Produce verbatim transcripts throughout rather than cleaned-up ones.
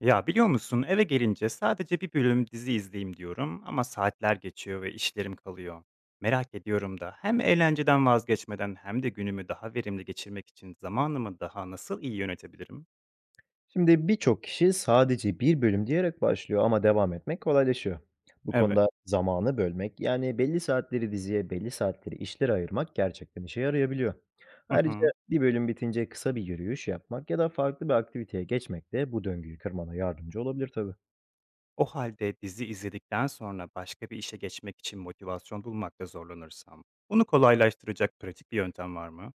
Ya biliyor musun eve gelince sadece bir bölüm dizi izleyeyim diyorum ama saatler geçiyor ve işlerim kalıyor. Merak ediyorum da hem eğlenceden vazgeçmeden hem de günümü daha verimli geçirmek için zamanımı daha nasıl iyi yönetebilirim? Şimdi birçok kişi sadece bir bölüm diyerek başlıyor ama devam etmek kolaylaşıyor. Bu Evet. konuda zamanı bölmek, yani belli saatleri diziye, belli saatleri işlere ayırmak gerçekten işe yarayabiliyor. Hı Ayrıca hı. bir bölüm bitince kısa bir yürüyüş yapmak ya da farklı bir aktiviteye geçmek de bu döngüyü kırmana yardımcı olabilir tabii. O halde dizi izledikten sonra başka bir işe geçmek için motivasyon bulmakta zorlanırsam, bunu kolaylaştıracak pratik bir yöntem var mı?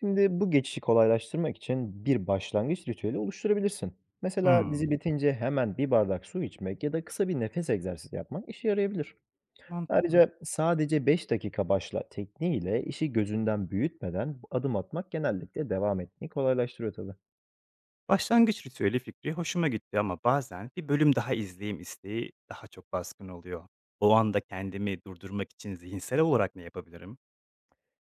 Şimdi bu geçişi kolaylaştırmak için bir başlangıç ritüeli oluşturabilirsin. Mesela dizi Hmm, bitince hemen bir bardak su içmek ya da kısa bir nefes egzersizi yapmak işe yarayabilir. mantıklı. Ayrıca sadece beş dakika başla tekniğiyle işi gözünden büyütmeden adım atmak genellikle devam etmeyi kolaylaştırıyor tabii. Başlangıç ritüeli fikri hoşuma gitti ama bazen bir bölüm daha izleyeyim isteği daha çok baskın oluyor. O anda kendimi durdurmak için zihinsel olarak ne yapabilirim?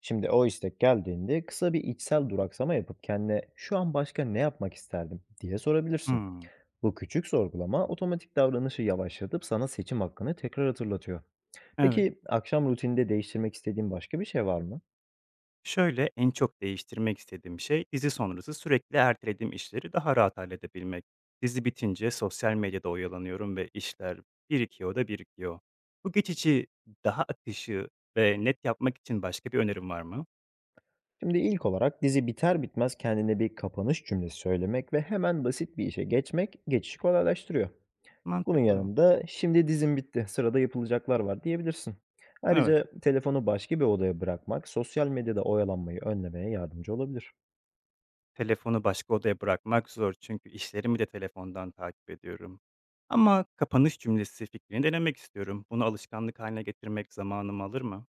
Şimdi o istek geldiğinde kısa bir içsel duraksama yapıp kendine şu an başka ne yapmak isterdim diye sorabilirsin. Hmm, Bu küçük sorgulama otomatik davranışı yavaşlatıp sana seçim hakkını tekrar hatırlatıyor. evet. Peki akşam rutininde değiştirmek istediğin başka bir şey var mı? Şöyle en çok değiştirmek istediğim şey dizi sonrası sürekli ertelediğim işleri daha rahat halledebilmek. Dizi bitince sosyal medyada oyalanıyorum ve işler birikiyor da birikiyor. Bu geçici daha akışı ve net yapmak için başka bir önerim var mı? Şimdi ilk olarak dizi biter bitmez kendine bir kapanış cümlesi söylemek ve hemen basit bir işe geçmek geçişi kolaylaştırıyor. Bunun Mantıklı. yanında "Şimdi dizin bitti, sırada yapılacaklar var." diyebilirsin. Evet. Ayrıca telefonu başka bir odaya bırakmak sosyal medyada oyalanmayı önlemeye yardımcı olabilir. Telefonu başka odaya bırakmak zor çünkü işlerimi de telefondan takip ediyorum. Ama kapanış cümlesi fikrini denemek istiyorum. Bunu alışkanlık haline getirmek zamanımı alır mı?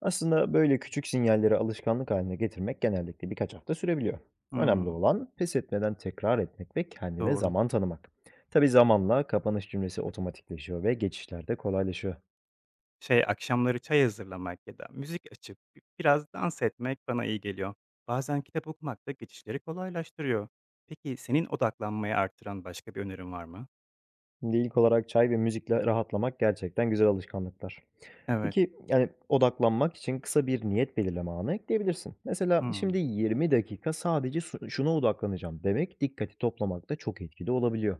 Aslında böyle küçük sinyalleri alışkanlık haline getirmek genellikle birkaç hafta sürebiliyor. Önemli Hmm, olan pes etmeden tekrar etmek ve kendine doğru. zaman tanımak. Tabii zamanla kapanış cümlesi otomatikleşiyor ve geçişler de kolaylaşıyor. Şey, akşamları çay hazırlamak ya da müzik açıp bi- biraz dans etmek bana iyi geliyor. Bazen kitap okumak da geçişleri kolaylaştırıyor. Peki senin odaklanmayı artıran başka bir önerin var mı? Şimdi ilk olarak çay ve müzikle rahatlamak gerçekten güzel alışkanlıklar. Evet. Peki, yani, odaklanmak için kısa bir niyet belirleme anı ekleyebilirsin. Mesela, Hmm. "Şimdi yirmi dakika sadece su şuna odaklanacağım." demek dikkati toplamakta çok etkili olabiliyor.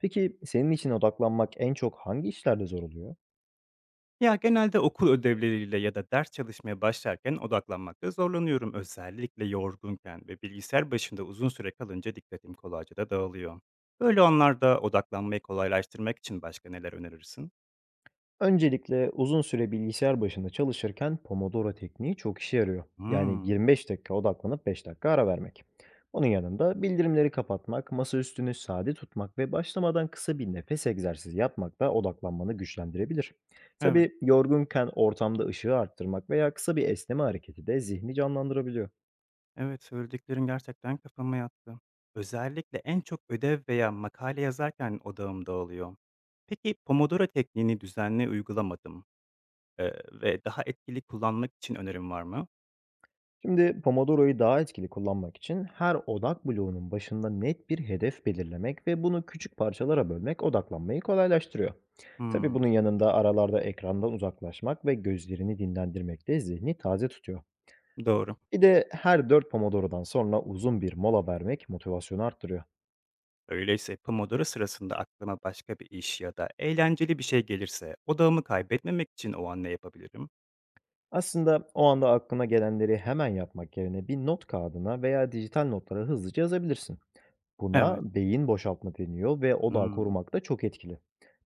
Peki, senin için odaklanmak en çok hangi işlerde zor oluyor? Ya genelde okul ödevleriyle ya da ders çalışmaya başlarken odaklanmakta zorlanıyorum. Özellikle yorgunken ve bilgisayar başında uzun süre kalınca dikkatim kolayca da dağılıyor. Böyle anlarda odaklanmayı kolaylaştırmak için başka neler önerirsin? Öncelikle uzun süre bilgisayar başında çalışırken Pomodoro tekniği çok işe yarıyor. Yani Hmm, yirmi beş dakika odaklanıp beş dakika ara vermek. Onun yanında bildirimleri kapatmak, masa üstünü sade tutmak ve başlamadan kısa bir nefes egzersizi yapmak da odaklanmanı güçlendirebilir. evet, Tabii yorgunken ortamda ışığı arttırmak veya kısa bir esneme hareketi de zihni canlandırabiliyor. evet söylediklerin gerçekten kafama yattı. Özellikle en çok ödev veya makale yazarken odağım dağılıyor. Peki Pomodoro tekniğini düzenli uygulamadım ee, ve daha etkili kullanmak için önerim var mı? Şimdi Pomodoro'yu daha etkili kullanmak için her odak bloğunun başında net bir hedef belirlemek ve bunu küçük parçalara bölmek odaklanmayı kolaylaştırıyor. Tabii bunun Hmm, yanında aralarda ekrandan uzaklaşmak ve gözlerini dinlendirmek de zihni taze tutuyor. doğru. Bir de her dört Pomodoro'dan sonra uzun bir mola vermek motivasyonu arttırıyor. Öyleyse Pomodoro sırasında aklıma başka bir iş ya da eğlenceli bir şey gelirse odağımı kaybetmemek için o an ne yapabilirim? Aslında o anda aklına gelenleri hemen yapmak yerine bir not kağıdına veya dijital notlara hızlıca yazabilirsin. Buna Evet. beyin boşaltma deniyor ve odağı Hmm, korumakta çok etkili.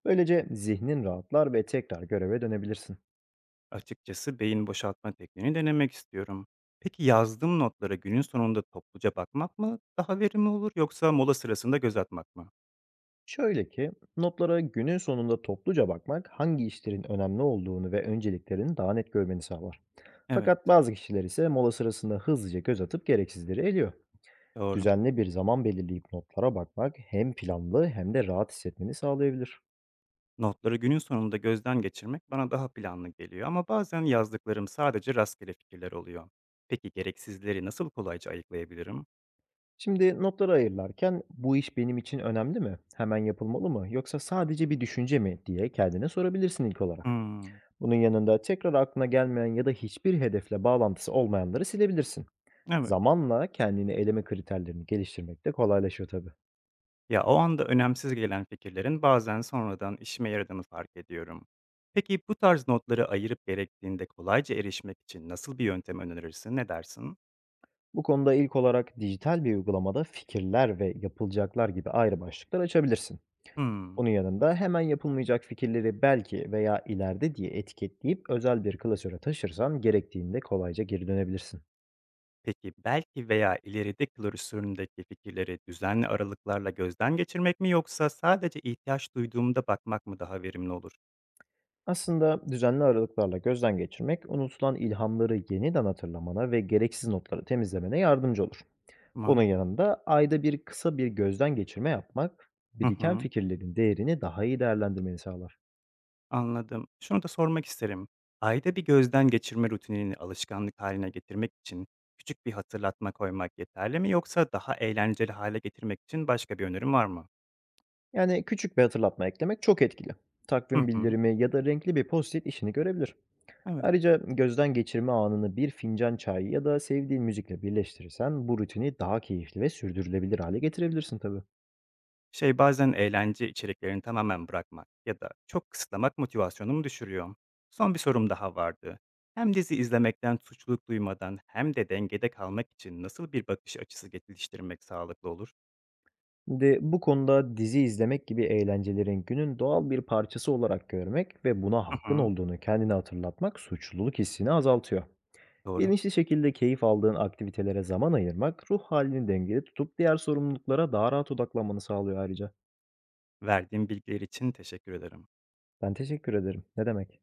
Böylece zihnin rahatlar ve tekrar göreve dönebilirsin. Açıkçası beyin boşaltma tekniğini denemek istiyorum. Peki yazdığım notlara günün sonunda topluca bakmak mı daha verimli olur yoksa mola sırasında göz atmak mı? Şöyle ki, notlara günün sonunda topluca bakmak hangi işlerin önemli olduğunu ve önceliklerini daha net görmeni sağlar. Evet, Fakat bazı kişiler ise mola sırasında hızlıca göz atıp gereksizleri eliyor. doğru. Düzenli bir zaman belirleyip notlara bakmak hem planlı hem de rahat hissetmeni sağlayabilir. Notları günün sonunda gözden geçirmek bana daha planlı geliyor ama bazen yazdıklarım sadece rastgele fikirler oluyor. Peki gereksizleri nasıl kolayca ayıklayabilirim? Şimdi notları ayırırken bu iş benim için önemli mi? Hemen yapılmalı mı? Yoksa sadece bir düşünce mi diye kendine sorabilirsin ilk olarak. Hmm, Bunun yanında tekrar aklına gelmeyen ya da hiçbir hedefle bağlantısı olmayanları silebilirsin. evet. Zamanla kendini eleme kriterlerini geliştirmek de kolaylaşıyor tabii. Ya o anda önemsiz gelen fikirlerin bazen sonradan işime yaradığını fark ediyorum. Peki bu tarz notları ayırıp gerektiğinde kolayca erişmek için nasıl bir yöntem önerirsin? Ne dersin? Bu konuda ilk olarak dijital bir uygulamada fikirler ve yapılacaklar gibi ayrı başlıklar açabilirsin. Hmm. Bunun yanında hemen yapılmayacak fikirleri belki veya ileride diye etiketleyip özel bir klasöre taşırsan gerektiğinde kolayca geri dönebilirsin. Peki belki veya ileride klasöründeki fikirleri düzenli aralıklarla gözden geçirmek mi yoksa sadece ihtiyaç duyduğumda bakmak mı daha verimli olur? Aslında düzenli aralıklarla gözden geçirmek unutulan ilhamları yeniden hatırlamana ve gereksiz notları temizlemene yardımcı olur. Onun Mantıklı. yanında ayda bir kısa bir gözden geçirme yapmak Hı biriken hı. fikirlerin değerini daha iyi değerlendirmeni sağlar. Anladım. Şunu da sormak isterim. Ayda bir gözden geçirme rutinini alışkanlık haline getirmek için küçük bir hatırlatma koymak yeterli mi yoksa daha eğlenceli hale getirmek için başka bir önerim var mı? Yani küçük bir hatırlatma eklemek çok etkili. Hı Takvim hı. bildirimi ya da renkli bir post-it işini görebilir. Evet. Ayrıca gözden geçirme anını bir fincan çay ya da sevdiğin müzikle birleştirirsen bu rutini daha keyifli ve sürdürülebilir hale getirebilirsin tabii. Şey bazen eğlence içeriklerini tamamen bırakmak ya da çok kısıtlamak motivasyonumu düşürüyor. Son bir sorum daha vardı. Hem dizi izlemekten suçluluk duymadan hem de dengede kalmak için nasıl bir bakış açısı geliştirmek sağlıklı olur? Şimdi bu konuda dizi izlemek gibi eğlencelerin günün doğal bir parçası olarak görmek ve buna Hı hakkın hı. olduğunu kendine hatırlatmak suçluluk hissini azaltıyor. Doğru. Bilinçli şekilde keyif aldığın aktivitelere zaman ayırmak ruh halini dengeli tutup diğer sorumluluklara daha rahat odaklanmanı sağlıyor ayrıca. Verdiğin bilgiler için teşekkür ederim. Ben teşekkür ederim. Ne demek?